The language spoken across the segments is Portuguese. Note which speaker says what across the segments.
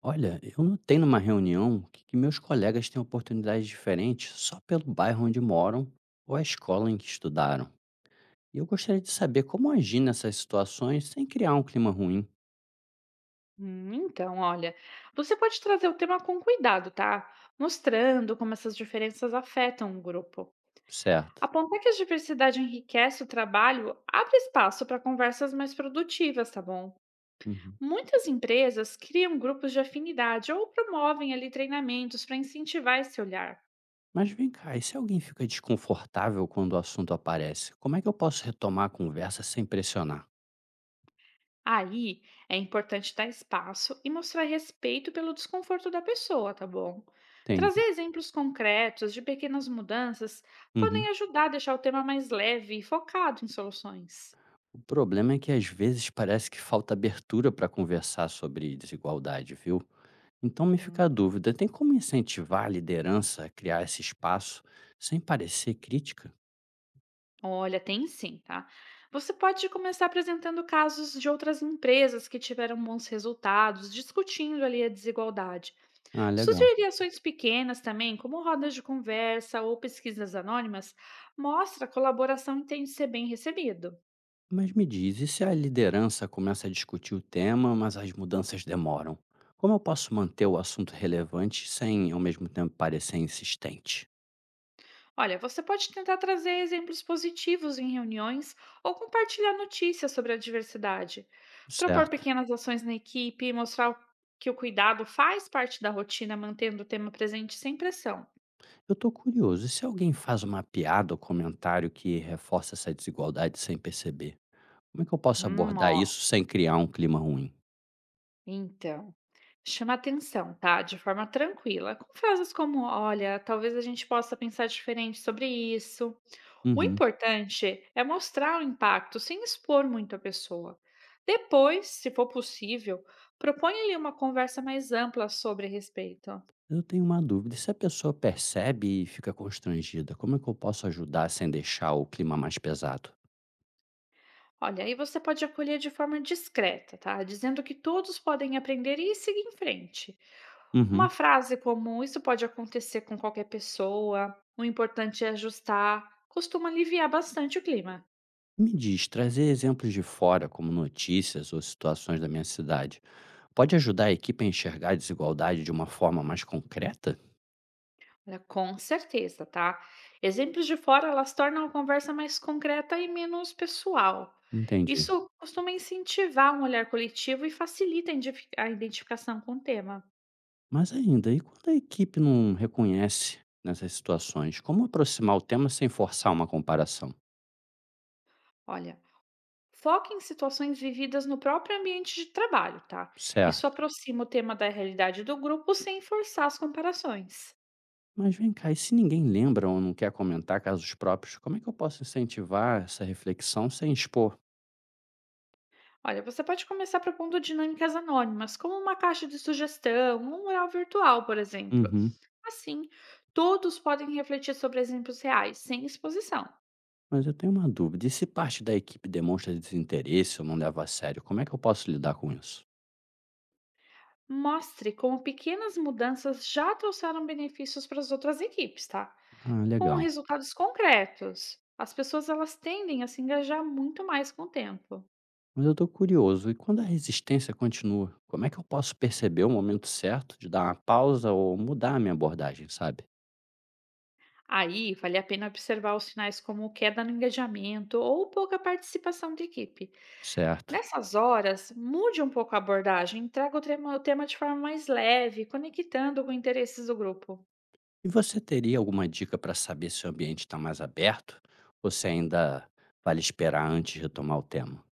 Speaker 1: Olha, eu notei numa reunião que meus colegas têm oportunidades diferentes só pelo bairro onde moram ou a escola em que estudaram. E eu gostaria de saber como agir nessas situações sem criar um clima ruim,
Speaker 2: Então, olha, você pode trazer o tema com cuidado, tá? Mostrando como essas diferenças afetam o grupo.
Speaker 1: certo?
Speaker 2: Apontar que a diversidade enriquece o trabalho abre espaço para conversas mais produtivas, tá bom?
Speaker 1: Uhum.
Speaker 2: Muitas empresas criam grupos de afinidade ou promovem ali treinamentos para incentivar esse olhar.
Speaker 1: Mas vem cá, e se alguém fica desconfortável quando o assunto aparece, como é que eu posso retomar a conversa sem pressionar?
Speaker 2: Aí é importante dar espaço e mostrar respeito pelo desconforto da pessoa, tá bom?
Speaker 1: Entende?
Speaker 2: Trazer exemplos concretos de pequenas mudanças
Speaker 1: Uhum.
Speaker 2: podem ajudar a deixar o tema mais leve e focado em soluções.
Speaker 1: O problema é que às vezes parece que falta abertura para conversar sobre desigualdade, viu? Então me fica a
Speaker 2: Hum,
Speaker 1: dúvida, tem como incentivar a liderança a criar esse espaço sem parecer crítica?
Speaker 2: Olha, tem sim, tá? Você pode começar apresentando casos de outras empresas que tiveram bons resultados, discutindo ali a desigualdade.
Speaker 1: Ah, legal.
Speaker 2: Sugerir ações pequenas também, como rodas de conversa ou pesquisas anônimas, mostra a colaboração e tende a ser bem recebido.
Speaker 1: Mas me diz, e se a liderança começa a discutir o tema, mas as mudanças demoram? Como eu posso manter o assunto relevante sem, ao mesmo tempo, parecer insistente?
Speaker 2: Olha, você pode tentar trazer exemplos positivos em reuniões ou compartilhar notícias sobre a diversidade. Propor
Speaker 1: Certo.
Speaker 2: pequenas ações na equipe e que o cuidado faz parte da rotina, mantendo o tema presente sem pressão.
Speaker 1: Eu estou curioso, e se alguém faz uma piada ou comentário que reforça essa desigualdade sem perceber? Como é que eu posso abordar
Speaker 2: Ó,
Speaker 1: isso sem criar um clima ruim?
Speaker 2: então. Chama atenção, tá? De forma tranquila, com frases como: olha, talvez a gente possa pensar diferente sobre isso. O
Speaker 1: Uhum.
Speaker 2: importante é mostrar o impacto sem expor muito a pessoa. Depois, se for possível, proponha-lhe uma conversa mais ampla sobre respeito.
Speaker 1: Eu tenho uma dúvida, e se a pessoa percebe e fica constrangida, como é que eu posso ajudar sem deixar o clima mais pesado?
Speaker 2: Olha, aí você pode acolher de forma discreta, tá? Dizendo que todos podem aprender e seguir em frente.
Speaker 1: Uhum.
Speaker 2: Uma frase comum: isso pode acontecer com qualquer pessoa, o importante é ajustar, costuma aliviar bastante o clima.
Speaker 1: Me diz, trazer exemplos de fora, como notícias ou situações da minha cidade, pode ajudar a equipe a enxergar a desigualdade de uma forma mais concreta?
Speaker 2: Olha, com certeza, tá? Exemplos de fora, elas tornam a conversa mais concreta e menos pessoal.
Speaker 1: Entendi.
Speaker 2: Isso costuma incentivar um olhar coletivo e facilita a a identificação com o tema.
Speaker 1: Mas ainda, e quando a equipe não reconhece nessas situações, como aproximar o tema sem forçar uma comparação?
Speaker 2: Olha, foque em situações vividas no próprio ambiente de trabalho, tá? Isso
Speaker 1: Certo.
Speaker 2: aproxima o tema da realidade do grupo sem forçar as comparações.
Speaker 1: Mas vem cá, e se ninguém lembra ou não quer comentar casos próprios, como é que eu posso incentivar essa reflexão sem expor?
Speaker 2: Olha, você pode começar propondo dinâmicas anônimas, como uma caixa de sugestão, um mural virtual, por exemplo.
Speaker 1: Uhum.
Speaker 2: Assim, todos podem refletir sobre exemplos reais, sem exposição.
Speaker 1: Mas eu tenho uma dúvida. E se parte da equipe demonstra desinteresse ou não leva a sério, como é que eu posso lidar com isso?
Speaker 2: Mostre como pequenas mudanças já trouxeram benefícios para as outras equipes, tá?
Speaker 1: Ah,
Speaker 2: Com
Speaker 1: legal.
Speaker 2: resultados concretos. As pessoas elas tendem a se engajar muito mais com o tempo.
Speaker 1: Mas eu tô curioso. E quando a resistência continua, como é que eu posso perceber o momento certo de dar uma pausa ou mudar a minha abordagem, sabe?
Speaker 2: Aí, vale a pena observar os sinais como queda no engajamento ou pouca participação de equipe.
Speaker 1: Certo.
Speaker 2: Nessas horas, mude um pouco a abordagem, traga o tema de forma mais leve, conectando com interesses do grupo.
Speaker 1: E você teria alguma dica para saber se o ambiente está mais aberto ou se ainda vale esperar antes de retomar o tema?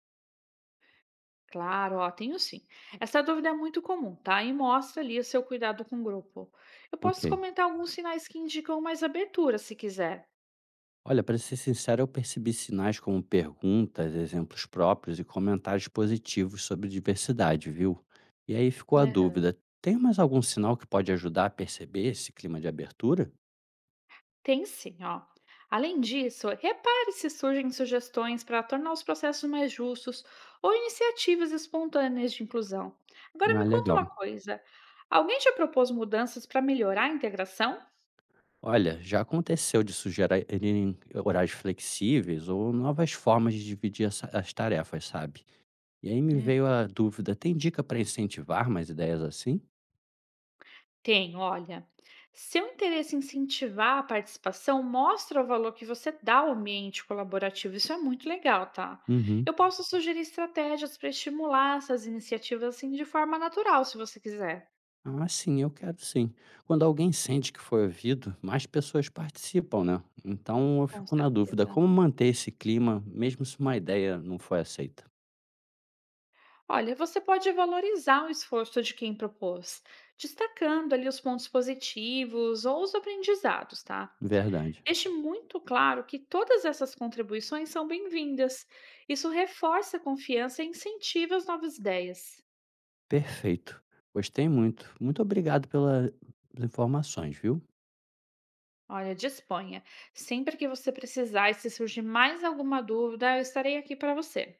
Speaker 2: Claro, ó, tenho sim. Essa dúvida é muito comum, tá? E mostra ali o seu cuidado com o grupo. Eu
Speaker 1: Ok.
Speaker 2: posso comentar alguns sinais que indicam mais abertura, se quiser.
Speaker 1: Olha, para ser sincero, eu percebi sinais como perguntas, exemplos próprios e comentários positivos sobre diversidade, viu? E aí ficou a
Speaker 2: Aham.
Speaker 1: dúvida: tem mais algum sinal que pode ajudar a perceber esse clima de abertura?
Speaker 2: Tem sim, ó. Além disso, repare se surgem sugestões para tornar os processos mais justos ou iniciativas espontâneas de inclusão. Agora
Speaker 1: Ah,
Speaker 2: me conta uma
Speaker 1: legal.
Speaker 2: coisa: alguém já propôs mudanças para melhorar a integração?
Speaker 1: Olha, já aconteceu de sugerirem horários flexíveis ou novas formas de dividir as tarefas, sabe? E aí me veio a dúvida: tem dica para incentivar mais ideias assim?
Speaker 2: Tem, olha. Seu interesse em incentivar a participação mostra o valor que você dá ao ambiente colaborativo. Isso é muito legal, tá?
Speaker 1: Uhum.
Speaker 2: Eu posso sugerir estratégias para estimular essas iniciativas assim de forma natural, se você quiser.
Speaker 1: Ah, sim, eu quero sim. Quando alguém sente que foi ouvido, mais pessoas participam, né? Então eu
Speaker 2: Com
Speaker 1: fico na dúvida
Speaker 2: certeza.
Speaker 1: como manter esse clima, mesmo se uma ideia não foi aceita.
Speaker 2: Olha, você pode valorizar o esforço de quem propôs, destacando ali os pontos positivos ou os aprendizados, tá?
Speaker 1: Verdade.
Speaker 2: Deixe muito claro que todas essas contribuições são bem-vindas. Isso reforça a confiança e incentiva as novas ideias.
Speaker 1: Perfeito. Gostei muito. Muito obrigado pelas informações, viu?
Speaker 2: Olha, disponha. Sempre que você precisar e se surgir mais alguma dúvida, eu estarei aqui para você.